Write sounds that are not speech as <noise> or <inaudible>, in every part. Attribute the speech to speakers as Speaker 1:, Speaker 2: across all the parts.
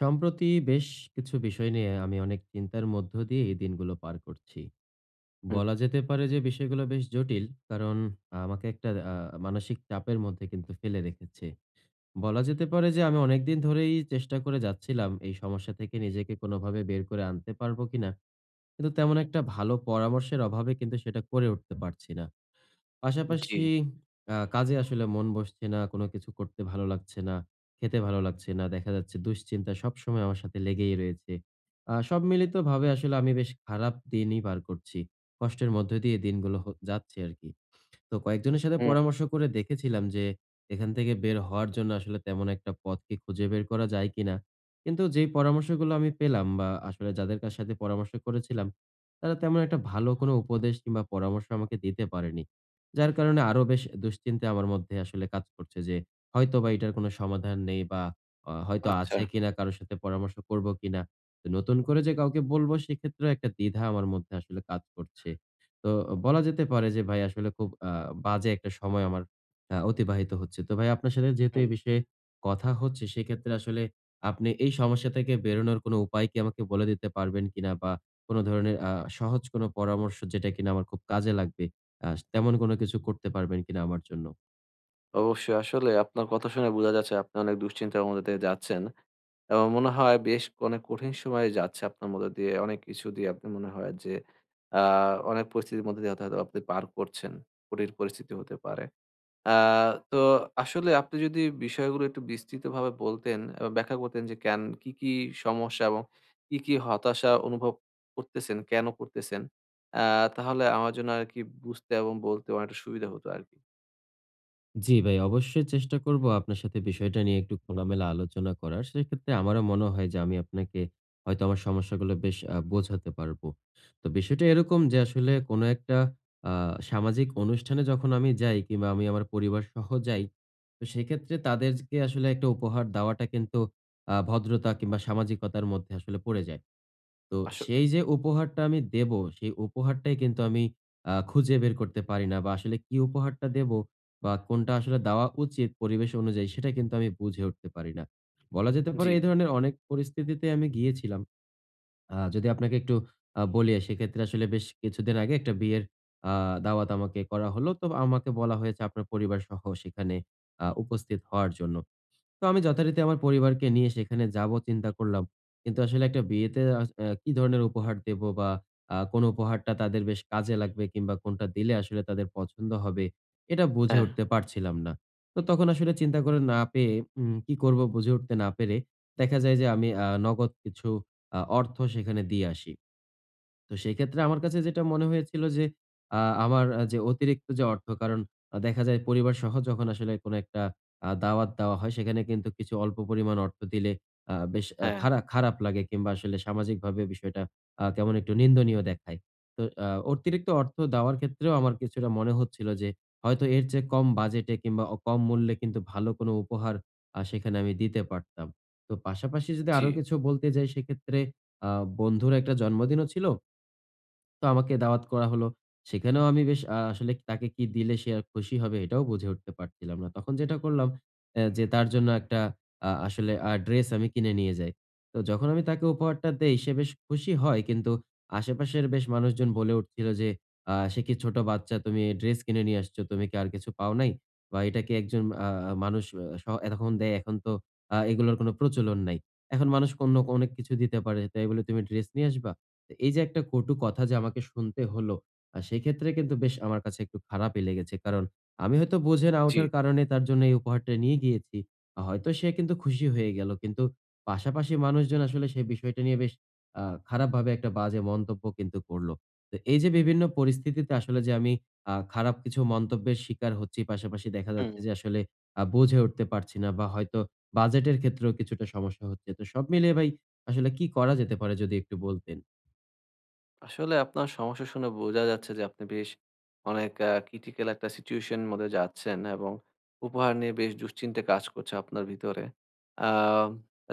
Speaker 1: সম্প্রতি বেশ কিছু বিষয় নিয়ে আমি অনেক চিন্তার মধ্য দিয়ে এই দিনগুলো পার করছি।
Speaker 2: হুম,
Speaker 1: বলা যেতে পারে যে বিষয়গুলো বেশ জটিল। কারণ আমাকে একটা মানসিক চাপের মধ্যে কিন্তু ফেলে রেখেছে। বলা যেতে পারে যে আমি অনেকদিন ধরেই চেষ্টা করে যাচ্ছিলাম এই সমস্যা থেকে নিজেকে কোনোভাবে বের করে আনতে পারবো কিনা। কিন্তু তেমন একটা ভালো পরামর্শের অভাবে কিন্তু সেটা করে উঠতে পারছি না।
Speaker 2: জি।
Speaker 1: পাশাপাশি কাজে আসলে মন বসছে না, কোনো কিছু করতে ভালো লাগছে না, খেতে ভালো লাগছে না। দেখা যাচ্ছে দুশ্চিন্তা সবসময় আমার সাথে লেগেই রয়েছে। সব মিলিতভাবে আসলে আমি বেশ খারাপ দিনই পার করছি। কষ্টের মধ্য দিয়ে দিনগুলো যাচ্ছে আরকি। তো কয়েকজনের সাথে
Speaker 2: হুম,
Speaker 1: পরামর্শ করে দেখেছিলাম যে এখান থেকে বের হওয়ার জন্য আসলে তেমন একটা পথ কি খুঁজে বের করা যায় কিনা। কিন্তু যেই পরামর্শগুলো আমি পেলাম বা আসলে যাদের কার সাথে পরামর্শ করেছিলাম, তারা তেমন একটা ভালো কোনো উপদেশ কিংবা পরামর্শ আমাকে দিতে পারেনি। যার কারণে আরো বেশ দুশ্চিন্তা আমার মধ্যে আসলে কাজ করছে যে হয়তোবা এটার কোনো সমাধান নেই, বা হয়তো
Speaker 2: আচ্ছা।
Speaker 1: আছে কিনা, কারো সাথে পরামর্শ করব কিনা। তো নতুন করে যে কাউকে বলব সেক্ষেত্রেও একটা দ্বিধা আমার মধ্যে আসলে কাজ করছে। তো বলা যেতে পারে যে ভাই আসলে খুব বাজে একটা সময় আমার অতিবাহিত হচ্ছে। তো ভাই, আপনার সাথে যেহেতু
Speaker 2: হুম,
Speaker 1: এই বিষয়ে কথা হচ্ছে, সেক্ষেত্রে আসলে আপনি এই সমস্যা থেকে বেরোনোর কোনো উপায় কি আমাকে বলে দিতে পারবেন কিনা? বা কোনো ধরনের সহজ কোনো পরামর্শ, যেটা কিনা আমার খুব কাজে লাগবে, আ তেমন কোনো কিছু করতে পারবেন কিনা আমার জন্য?
Speaker 2: অবশ্যই আসলে আপনার কথা শুনে বোঝা যাচ্ছে আপনি অনেক দুশ্চিন্তার মধ্যে দিয়ে যাচ্ছেন। এবং মনে হয় বেশ অনেক কঠিন সময়ে যাচ্ছে আপনার মধ্যে দিয়ে। অনেক কিছু দিয়ে আপনি মনে হয় যে আ অনেক পরিস্থিতির মধ্যে দিয়ে হয়তো আপনি পার করছেন। কঠিন পরিস্থিতি হতে পারে। আ তো আসলে আপনি যদি বিষয়গুলো একটু বিস্তৃতভাবে বলতেন ব্যাখ্যা করতেন যে কেন কি, কি সমস্যা এবং কি, কি হতাশা অনুভব করতেছেন, কেন করতেছেন? আ তাহলে আমার জন্য আরকি বুঝতে এবং বলতে অনেকটা সুবিধা হতো আরকি।
Speaker 1: জি ভাই, অবশ্যই চেষ্টা করব আপনার সাথে বিষয়টা নিয়ে একটু খোলামেলা আলোচনা করার। সেক্ষেত্রে আমারও মনে হয় যে আমি আপনাকে হয়তো আমার সমস্যাগুলো বেশ বোঝাতে পারব। তো বিষয়টা এরকম যে আসলে কোনো একটা আ সামাজিক অনুষ্ঠানে যখন আমি যাই কিংবা আমি আমার পরিবারসহ যাই, তো সেক্ষেত্রে তাদেরকে আসলে একটা উপহার দেওয়াটা কিন্তু ভদ্রতা কিংবা সামাজিকতার মধ্যে আসলে পড়ে যায়। তো সেই
Speaker 2: আসলেই।
Speaker 1: যে উপহারটা আমি দেব, সেই উপহারটাই কিন্তু আমি খুঁজে বের করতে পারি না, বা আসলে কি উপহারটা দেব বা কোনটা আসলে দেওয়া উচিত পরিবেশ অনুযায়ী সেটা কিন্তু আমি বুঝে উঠতে পারি না। বলা যেতে
Speaker 2: জি।
Speaker 1: পারে এই ধরনের অনেক পরিস্থিতিতে আমি গিয়েছিলাম। যদি আপনাকে একটু বলি, সেক্ষেত্রে আসলে বেশ কিছুদিন আগে একটা বিয়ের আ দাওয়াত আমাকে করা হলো। তো আমাকে বলা হয়েছে আপনার পরিবারসহ সেখানে উপস্থিত হওয়ার জন্য। তো আমি যথারীতি আমার পরিবারকে নিয়ে সেখানে যাব চিন্তা করলাম। কিন্তু আসলে একটা বিয়েতে আস অ্যা কি ধরনের উপহার দেব, বা কোন উপহারটা তাদের বেশ কাজে লাগবে, কিংবা কোনটা দিলে আসলে তাদের পছন্দ হবে, এটা বুঝে
Speaker 2: হ্যাঁ,
Speaker 1: উঠতে পারছিলাম না। তো তখন আসলে চিন্তা করে না পেয়ে, কি করব বুঝে উঠতে না পেরে, দেখা যায় যে আমি নগদ কিছু অর্থ সেখানে দিয়ে আসি। তো সেক্ষেত্রে আমার কাছে যেটা মনে হয়েছিল যে আমার যে অতিরিক্ত যে অর্থ, কারণ দেখা যায় পরিবারসহ যখন আসলে কোন একটা দাওয়াত দেওয়া হয়, সেখানে কিন্তু কিছু অল্প পরিমাণ অর্থ দিলে বেশ
Speaker 2: হ্যাঁ।
Speaker 1: খারাপ লাগে, কিংবা আসলে সামাজিকভাবে বিষয়টা কেমন একটু নিন্দনীয় দেখায়। তো অতিরিক্ত অর্থ দেওয়ার ক্ষেত্রেও আমার কিছুটা মনে হচ্ছিল যে হয়তো এর চেয়ে কম বাজেটে কিংবা কম মূল্যে কিন্তু ভালো কোন উপহার সেখানে আমি দিতে পারতাম। তো পাশাপাশি যদি
Speaker 2: জি,
Speaker 1: আরো কিছু বলতে যাই, সেক্ষেত্রে আ বন্ধুর একটা জন্মদিনও ছিল। তো আমাকে দাওয়াত করা হলো। সেখানেও আমি বেশ আসলে তাকে কি দিলে সে খুশি হবে, এটাও বুঝে উঠতে পারছিলাম না। তখন যেটা করলাম, যে তার জন্য একটা আসলে ড্রেস আমি কিনে নিয়ে যাই। তো যখন আমি তাকে উপহারটা দেই, সে বেশ খুশি হয়, কিন্তু আশেপাশের বেশ মানুষজন বলে উঠছিল যে, "সে কি ছোট বাচ্চা? তুমি ড্রেস কিনে নিয়ে আসছো। তুমি কি আর কিছু পাও নাই? বা এটা কি একজন মানুষ সহ তখন দেয়? এখন তো এগুলোর কোনো প্রচলন নাই। এখন মানুষ অন্য অনেক কিছু দিতে পারে। তাই বলে তুমি ড্রেস নিয়ে আসবা?" তো এই যে একটা কটু কথা যে আমাকে শুনতে হলো, সেক্ষেত্রে কিন্তু বেশ আমার কাছে একটু খারাপই লেগেছে। কারণ আমি হয়তো বুঝে না
Speaker 2: জি।
Speaker 1: ওঠার কারণে তার জন্য এই উপহারটা নিয়ে গিয়েছি। হয়তো সে কিন্তু খুশি হয়ে গেল। কিন্তু পাশাপাশি মানুষজন আসলে সেই বিষয়টা নিয়ে বেশ আ খারাপভাবে একটা বাজে মন্তব্য কিন্তু করল। তো এই যে বিভিন্ন পরিস্থিতিতে আসলে যে আমি খারাপ কিছু মন্তব্যের শিকার হচ্ছি, পাশাপাশি দেখা
Speaker 2: হুম।
Speaker 1: যাচ্ছে যে আসলে বুঝে উঠতে পারছি না, বা হয়তো বাজেটের ক্ষেত্রেও কিছুটা সমস্যা হচ্ছে। তো সব মিলিয়ে ভাই, আসলে কি করা যেতে পারে যদি একটু বলতেন?
Speaker 2: আসলে আপনার সমস্যা শুনে বোঝা যাচ্ছে যে আপনি বেশ অনেক ক্রিটিক্যাল একটা সিচুয়েশন মধ্যে যাচ্ছেন এবং উপহার নিয়ে বেশ দুশ্চিন্তে কাজ করছে আপনার ভিতরে। আহ,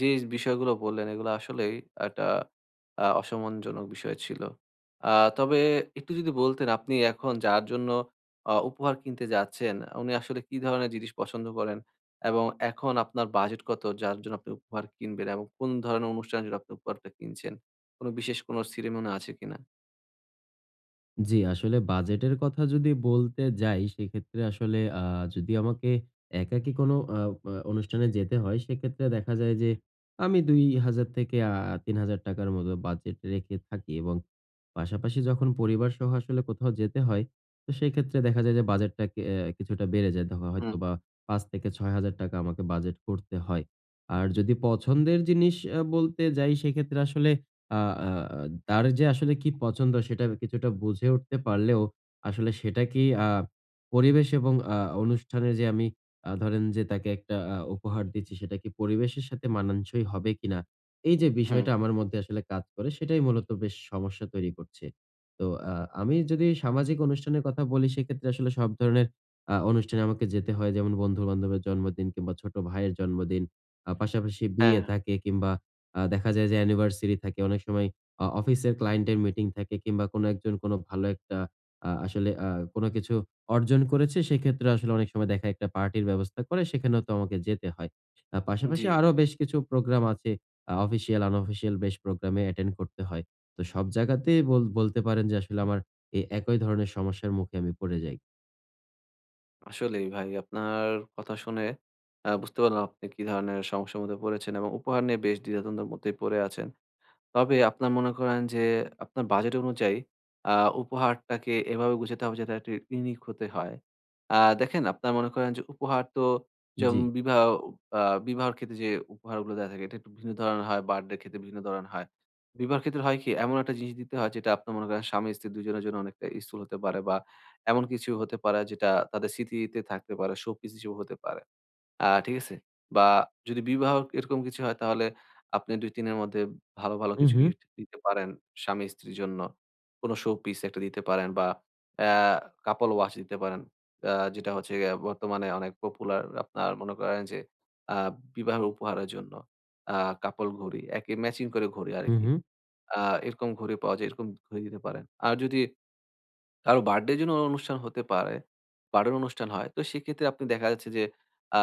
Speaker 2: যে বিষয়গুলো বললেন এগুলো আসলেই একটা অসম্মানজনক বিষয় ছিল। তবে একটু যদি বলতেন আপনি এখন যার জন্য উপহার কিনতে যাচ্ছেন উনি আসলে কি ধরনের জিনিস পছন্দ করেন? এবং এখন আপনার বাজেট কত যার জন্য আপনি উপহার কিনবেন এবং কোন ধরনের অনুষ্ঠানের জন্য আপনি উপহারটা কিনছেন? কোনো বিশেষ কোনো সিরিমনি আছে কিনা?
Speaker 1: জি, আসলে বাজেটের কথা যদি বলতে যাই সেক্ষেত্রে আসলে যদি আমাকে একাকী কোনো আ আ অনুষ্ঠানে যেতে হয়, সেক্ষেত্রে দেখা যায় যে আমি ২,০০০ থেকে ৳৩,০০০ র মতো বাজেট রেখে থাকি, এবং পাশাপাশি যখন পরিবারসহ আসলে কোথাও যেতে হয়, তো সেক্ষেত্রে দেখা যায় যে বাজেটটা কে অ্যা কিছুটা বেড়ে যায়। দেখা
Speaker 2: হুম,
Speaker 1: হয়তোবা ৳৫,০০০ থেকে ৳৬,০০০ আমাকে বাজেট করতে হয়। আর যদি পছন্দের জিনিস বলতে যাই, সেক্ষেত্রে আসলে আ আ আ তার যে আসলে কি পছন্দ সেটা কিছুটা বুঝে উঠতে পারলেও, আসলে সেটা কি পরিবেশ এবং অনুষ্ঠানে যে আমি ধরেন যে তাকে একটা উপহার দিচ্ছি, সেটা কি পরিবেশের সাথে মানানসই হবে কিনা? এই যে
Speaker 2: হুম।
Speaker 1: বিষয়টা আমার মধ্যে আসলে কাজ করে, সেটাই মূলত বেশ সমস্যা তৈরি করছে। তো আ আমি যদি সামাজিক অনুষ্ঠানের কথা বলি, সেক্ষেত্রে আসলে সব ধরনের অনুষ্ঠানে আমাকে যেতে হয়, যেমন বন্ধু-বান্ধবের জন্মদিন কিংবা ছোট ভাইয়ের জন্মদিন। পাশাপাশি
Speaker 2: হ্যাঁ,
Speaker 1: বিয়ে থাকে, কিংবা দেখা যায় যে অ্যানিভার্সারি থাকে। অনেক সময় অফিসের ক্লায়েন্টের মিটিং থাকে, কিংবা কোনো একজন কোনো ভালো একটা আসলে কোনো কিছু অর্জন করেছে, সেক্ষেত্রে আসলে অনেক সময় দেখা একটা পার্টির ব্যবস্থা করে, সেখানেও তো আমাকে যেতে হয়।
Speaker 2: জি।
Speaker 1: পাশাপাশি আরো বেশ কিছু প্রোগ্রাম আছে। অফিসিয়াল, আনঅফিসিয়াল বেশ প্রোগ্রামে অ্যাটেন্ড করতে হয়। তো সব জায়গাতেই বলতে পারেন যে আসলে আমার এই একই ধরনের সমস্যার মুখে আমি পড়ে যাই।
Speaker 2: আসলেই ভাই আপনার কথা শুনে বুঝতে পারলাম আপনি কি ধরনের সমস্যার মধ্যে পড়েছেন এবং উপহার নিয়ে বেশ দ্বিধাদ্বন্দ্বের মধ্যেই পড়ে আছেন। তবে আপনার মনে করেন যে আপনার বাজেট অনুযায়ী আ উপহারটাকে এভাবে গুছাতে হবে যাতে একটু ইউনিক হতে হয়। দেখেন আপনার মনে করেন যে উপহার তো
Speaker 1: জি।
Speaker 2: যেমন আ বিবাহর ক্ষেত্রে যে উপহারগুলো দেয়া থাকে এটা একটু ভিন্ন ধরনের হয়, বার্থডের ক্ষেত্রে বিভিন্ন ধরনের হয়। বিবাহের ক্ষেত্রে হয় কি এমন একটা জিনিস দিতে হয় যেটা আপনার মনে করেন স্বামী-স্ত্রী ২ জনের জন্য অনেকটা useful হতে পারে বা এমন কিছু হতে পারে যেটা তাদের স্মৃতিতে থাকতে পারে, শোপিস হিসেবে হতে পারে। ঠিক আছে? বা যদি বিবাহ এরকম কিছু হয় তাহলে আপনি ২-৩ এর মধ্যে ভালো, ভালো
Speaker 1: হু,
Speaker 2: কিছু
Speaker 1: হু।
Speaker 2: গিফট দিতে পারেন স্বামী-স্ত্রীর জন্য। কোন শো পিস একটা দিতে পারেন বা অ্যা couple watch দিতে পারেন। যেটা হচ্ছে গিয়ে বর্তমানে অনেক পপুলার আপনার মনে করেন যে আ বিবাহ উপহারের জন্য আ couple ঘড়ি, একই ম্যাচিং করে ঘড়ি
Speaker 1: হু,
Speaker 2: আরকি।
Speaker 1: হু।
Speaker 2: আ এরকম ঘড়ি পাওয়া যায়, এরকম ঘড়ি দিতে পারেন। আর যদি কারো বার্থডে জন্য অনুষ্ঠান হতে পারে। বার্থডের অনুষ্ঠান হয়। তো সেক্ষেত্রে আপনি দেখা যাচ্ছে যে আ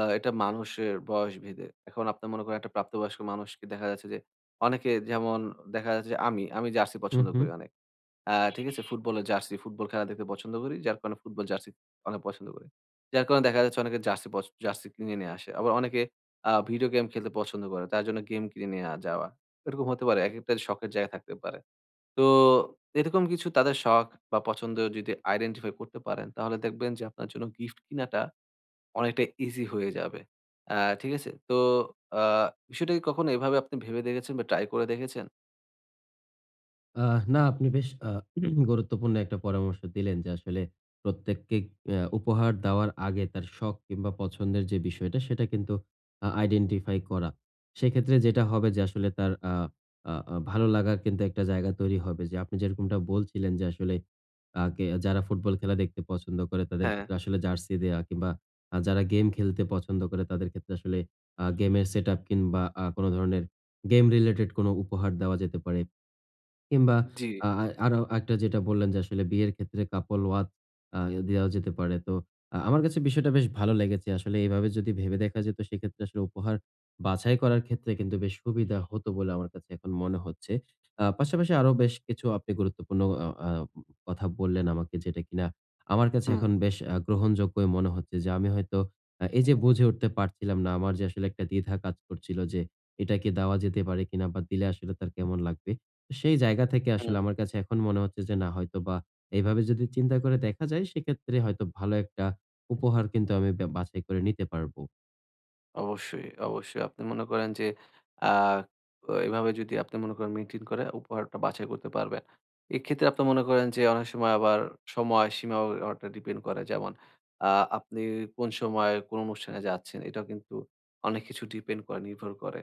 Speaker 2: আ এটা মানুষের বয়স ভেদে। এখন আপনার মনে করেন একটা প্রাপ্তবয়স্ক মানুষকে দেখা যাচ্ছে যে অনেকে যেমন দেখা যাচ্ছে যে আমি জার্সি
Speaker 1: হু,
Speaker 2: পছন্দ
Speaker 1: হু।
Speaker 2: করি অনেক। ঠিক আছে? ফুটবলের জার্সি, ফুটবল খেলা দেখতে পছন্দ করি। যার কারণে ফুটবল জার্সি অনেক পছন্দ করি। যার কারণে দেখা যাচ্ছে অনেকে জার্সি কিনে নিয়ে আসে। আবার অনেকে ভিডিও গেম খেলতে পছন্দ করে। তার জন্য গেম কিনে নিয়ে যাওয়া। এরকম হতে পারে। একেকটা শখের জায়গা থাকতে পারে। তো এরকম কিছু তাদের শখ বা পছন্দ যদি আইডেন্টিফাই করতে পারেন, তাহলে দেখবেন যে আপনার জন্য গিফট কিনাটা অনেকটা ইজি হয়ে যাবে। আ ঠিক আছে? তো আ বিষয়টা কি কখনো এভাবে আপনি ভেবে দেখেছেন বা ট্রাই করে দেখেছেন?
Speaker 1: না, আপনি বেশ <clears throat> গুরুত্বপূর্ণ একটা পরামর্শ দিলেন যে আসলে প্রত্যেককে উপহার দেওয়ার আগে তার শখ কিংবা পছন্দের যে বিষয়টা, সেটা কিন্তু আইডেন্টিফাই করা। সেক্ষেত্রে যেটা হবে যে আসলে তার আ আ আ ভালো লাগার কিন্তু একটা জায়গা তৈরি হবে, যে আপনি যেরকমটা বলছিলেন যে আসলে আগে যারা ফুটবল খেলা দেখতে পছন্দ করে তাদের
Speaker 2: হ্যাঁ,
Speaker 1: ক্ষেত্রে আসলে জার্সি দেয়া, কিংবা যারা গেম খেলতে পছন্দ করে তাদের ক্ষেত্রে আসলে গেমের সেটআপ, কিংবা কোন ধরনের গেম রিলেটেড কোন উপহার দেওয়া যেতে পারে। কিংবা
Speaker 2: জি,
Speaker 1: আ আ আরো একটা যেটা বললেন যে আসলে বিয়ের ক্ষেত্রে couple watch আ দেওয়া যেতে পারে। তো আমার কাছে বিষয়টা বেশ ভালো লেগেছে। আসলে এভাবে যদি ভেবে দেখা যেত, সেক্ষেত্রে আসলে উপহার বাছাই করার ক্ষেত্রে কিন্তু বেশ সুবিধা হতো বলে আমার কাছে এখন মনে হচ্ছে। পাশাপাশি আরো বেশ কিছু আপনি গুরুত্বপূর্ণ আ আ কথা বললেন আমাকে, যেটা কিনা আমার কাছে
Speaker 2: হুম।
Speaker 1: এখন বেশ গ্রহণযোগ্যই মনে হচ্ছে, যে আমি হয়তো এই যে বুঝে উঠতে পারছিলাম না, আমার যে আসলে একটা দ্বিধা কাজ করছিল যে এটা কি দেওয়া যেতে পারে কিনা, বা দিলে আসলে তার কেমন লাগবে। সেই জায়গা থেকে আসলে আমার কাছে এখন মনে হচ্ছে যে না, হয়তোবা এভাবে যদি চিন্তা করে দেখা যায়, সেক্ষেত্রে হয়তো ভালো একটা উপহার কিন্তু আমি বা বাছাই করে নিতে পারবো।
Speaker 2: অবশ্যই, অবশ্যই। আপনি মনে করেন যে আ অ এভাবে যদি আপনি মনে করেন মেইনটেইন করে উপহারটা বাছাই করতে পারবেন। এক্ষেত্রে আপনি মনে করেন যে অনেক সময় আবার সময় সীমাও অনেকটা ডিপেন্ড করে। যেমন আ আপনি কোন সময় কোন অনুষ্ঠানে যাচ্ছেন এটাও কিন্তু অনেক কিছু ডিপেন্ড করে, নির্ভর করে।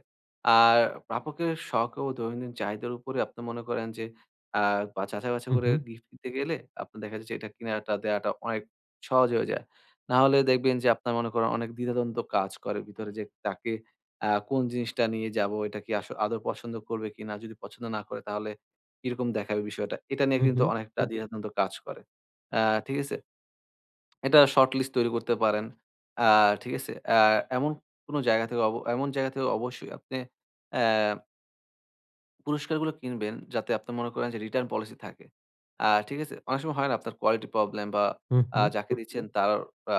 Speaker 2: আর প্রাপকের শখ ও দৈনন্দিন চাহিদার উপরে আপনি মনে করেন যে আ বা যাচাই বাছাই
Speaker 1: হু,
Speaker 2: করে
Speaker 1: হু,
Speaker 2: গিফট দিতে গেলে আপনার দেখা যাচ্ছে এটা কিনাটা দেয়াটা অনেক সহজ হয়ে যায়। না হলে দেখবেন যে আপনার মনে করেন অনেক দ্বিধাদ্বন্দ্ব কাজ করে ভিতরে যে তাকে কোন জিনিসটা নিয়ে যাবো, এটা কি আদৌ পছন্দ করবে কিনা? যদি পছন্দ না করে তাহলে কিরকম দেখাবে বিষয়টা? এটা নিয়ে
Speaker 1: হু, হু,
Speaker 2: কিন্তু অনেকটা দ্বিধাদ্বন্দ্ব কাজ করে। আ ঠিক আছে? এটা শর্ট লিস্ট তৈরি করতে পারেন। আ ঠিক আছে? এমন কোনো জায়গা থেকে এমন জায়গা থেকে অবশ্যই আপনি অ্যা পুরস্কারগুলো কিনবেন যাতে আপনি মনে করেন যে রিটার্ন পলিসি থাকে। ঠিক আছে? অনেক সময় হয় না আপনার কোয়ালিটি প্রবলেম বা
Speaker 1: হু, হু।
Speaker 2: যাকে দিচ্ছেন তার আ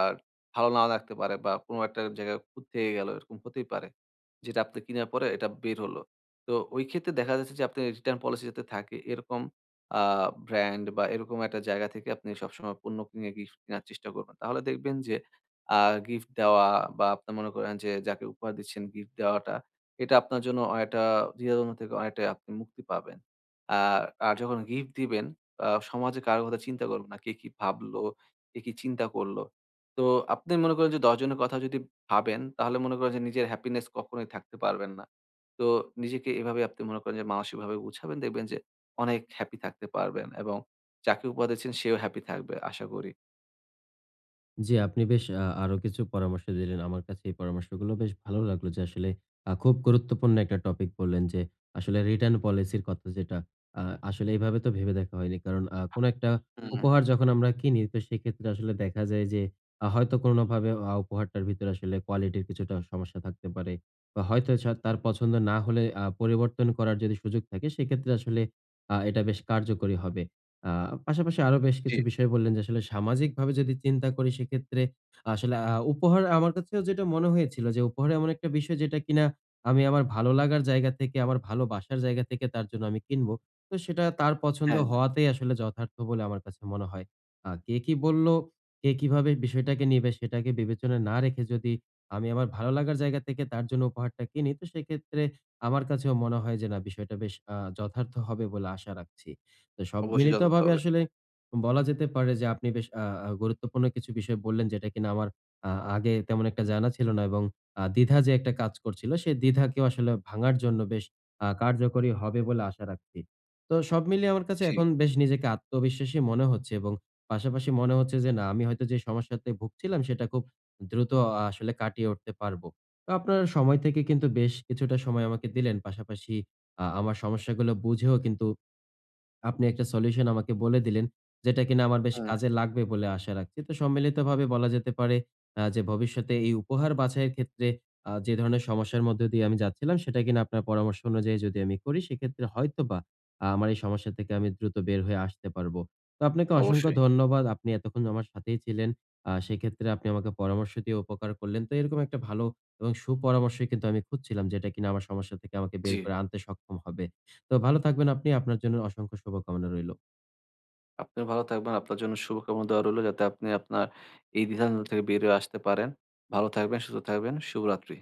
Speaker 2: ভালো নাও লাগতে পারে বা কোনো একটা জায়গায় খুঁত থেকে গেল এরকম হতেই পারে। যেটা আপনি কিনার পরে এটা বের হলো। তো ওই ক্ষেত্রে দেখা যাচ্ছে যে আপনি রিটার্ন পলিসি যাতে থাকে এরকম আ ব্র্যান্ড বা এরকম একটা জায়গা থেকে আপনি সবসময় পণ্য কিনে গিফট কেনার চেষ্টা করবেন। তাহলে দেখবেন যে আ গিফট দেওয়া বা আপনি মনে করেন যে যাকে উপহার দিচ্ছেন গিফট দেওয়াটা এটা আপনার জন্য অনেকটা দ্বিধাদ্বন্দ্ব থেকে অনেকটাই আপনি মুক্তি পাবেন। আর আর যখন গিফট দিবেন সমাজে কারো কথা চিন্তা করবেন না। কে কি ভাবলো, কে কি চিন্তা করলো। তো আপনি মনে করেন যে ১০ জনের কথা যদি ভাবেন তাহলে মনে করেন যে নিজের হ্যাপিনেস কখনোই থাকতে পারবেন না। তো নিজেকে এভাবে আপনি মনে করেন যে মানসিকভাবে গুছাবেন দেখবেন যে অনেক হ্যাপি থাকতে পারবেন এবং যাকে উপহার দিচ্ছেন সেও হ্যাপি থাকবে আশা করি।
Speaker 1: জি, আপনি বেশ আরো কিছু পরামর্শ দিলেন। আমার কাছে এই পরামর্শগুলো বেশ ভালো লাগলো, যে আসলে খুব গুরুত্বপূর্ণ একটা টপিক বললেন, যে আসলে রিটার্ন পলিসির কথা, যেটা আ আসলে এভাবে তো ভেবে দেখা হয়নি। কারণ কোন একটা
Speaker 2: হুম, হ্যাঁ।
Speaker 1: উপহার যখন আমরা কিনি, তো সেক্ষেত্রে আসলে দেখা যায় যে হয়তো কোনভাবে উপহারটার ভিতরে আসলে কোয়ালিটির কিছুটা সমস্যা থাকতে পারে। বা হয়তো তার পছন্দ না হলে পরিবর্তন করার যদি সুযোগ থাকে, সেক্ষেত্রে আসলে এটা বেশ কার্যকরী হবে। আ পাশাপাশি আরো বেশ
Speaker 2: জি,
Speaker 1: কিছু বিষয় বললেন, যে আসলে সামাজিকভাবে যদি চিন্তা করি, সেক্ষেত্রে আসলে উপহার আমার কাছেও যেটা মনে হয়েছিল, যে উপহার এমন একটা বিষয় যেটা কিনা আমি আমার ভালো লাগার জায়গা থেকে, আমার ভালোবাসার জায়গা থেকে তার জন্য আমি কিনবো। তো সেটা তার পছন্দ
Speaker 2: হ্যাঁ,
Speaker 1: হওয়াতেই আসলে যথার্থ বলে আমার কাছে মনে হয়। কে কি বলল, কে কিভাবে বিষয়টাকে নিবে, সেটাকে বিবেচনা না রেখে যদি আমি আমার ভালো লাগার জায়গা থেকে তার জন্য উপহারটা কিনি, তো সেক্ষেত্রে আমার কাছেও মনে হয় যে না, বিষয়টা বেশ যথার্থ হবে বলে আশা রাখছি। তো সব
Speaker 2: অবশ্যই যথার্থ
Speaker 1: মিলিতভাবে
Speaker 2: হবে।
Speaker 1: আসলে বলা যেতে পারে যে আপনি বেশ আ আ গুরুত্বপূর্ণ কিছু বিষয় বললেন, যেটা কিনা আমার আ আগে তেমন একটা জানা ছিল না, এবং দ্বিধা যে একটা কাজ করছিল, সেই দ্বিধাকেও আসলে ভাঙার জন্য বেশ কার্যকরী হবে বলে আশা রাখছি। তো সব মিলিয়ে আমার কাছে
Speaker 2: জি,
Speaker 1: এখন বেশ নিজেকে আত্মবিশ্বাসী মনে হচ্ছে, এবং পাশাপাশি মনে হচ্ছে যে না, আমি হয়তো যে সমস্যাতে ভুগছিলাম সেটা খুব দ্রুত আসলে কাটিয়ে উঠতে পারবো। তো আপনার সময় থেকে কিন্তু বেশ কিছুটা সময় আমাকে দিলেন। পাশাপাশি আমার সমস্যাগুলো বুঝেও কিন্তু আপনি একটা সলিউশন আমাকে বলে দিলেন, যেটা কিনা আমার বেশ
Speaker 2: হুম,
Speaker 1: কাজে লাগবে বলে আশা রাখছি। তো সম্মিলিতভাবে বলা যেতে পারে যে ভবিষ্যতে এই উপহার বাছাইয়ের ক্ষেত্রে যে ধরনের সমস্যার মধ্য দিয়ে আমি যাচ্ছিলাম, সেটা কিনা আপনার পরামর্শ অনুযায়ী যদি আমি করি, সেক্ষেত্রে হয়তোবা আমার এই সমস্যা থেকে আমি দ্রুত বের হয়ে আসতে পারবো। তো আপনাকে অসংখ্য
Speaker 2: অবশ্যই।
Speaker 1: ধন্যবাদ। আপনি এতক্ষণ আমার সাথেই ছিলেন। সেক্ষেত্রে আপনি আমাকে পরামর্শ দিয়ে উপকার করলেন। তো এরকম একটা ভালো এবং সুপরামর্শই কিন্তু আমি খুঁজছিলাম, যেটা কিনা আমার সমস্যা থেকে আমাকে
Speaker 2: জি।
Speaker 1: বের করে আনতে সক্ষম হবে। তো ভালো থাকবেন আপনি। আপনার জন্য অসংখ্য শুভকামনা রইল।
Speaker 2: আপনিও ভালো থাকবেন। আপনার জন্য শুভকামনা দেওয়া রইলো যাতে আপনি আপনার এই দ্বিধাদ্বন্দ্ব থেকে বেরিয়ে আসতে পারেন। ভালো থাকবেন, সুস্থ থাকবেন। শুভরাত্রি।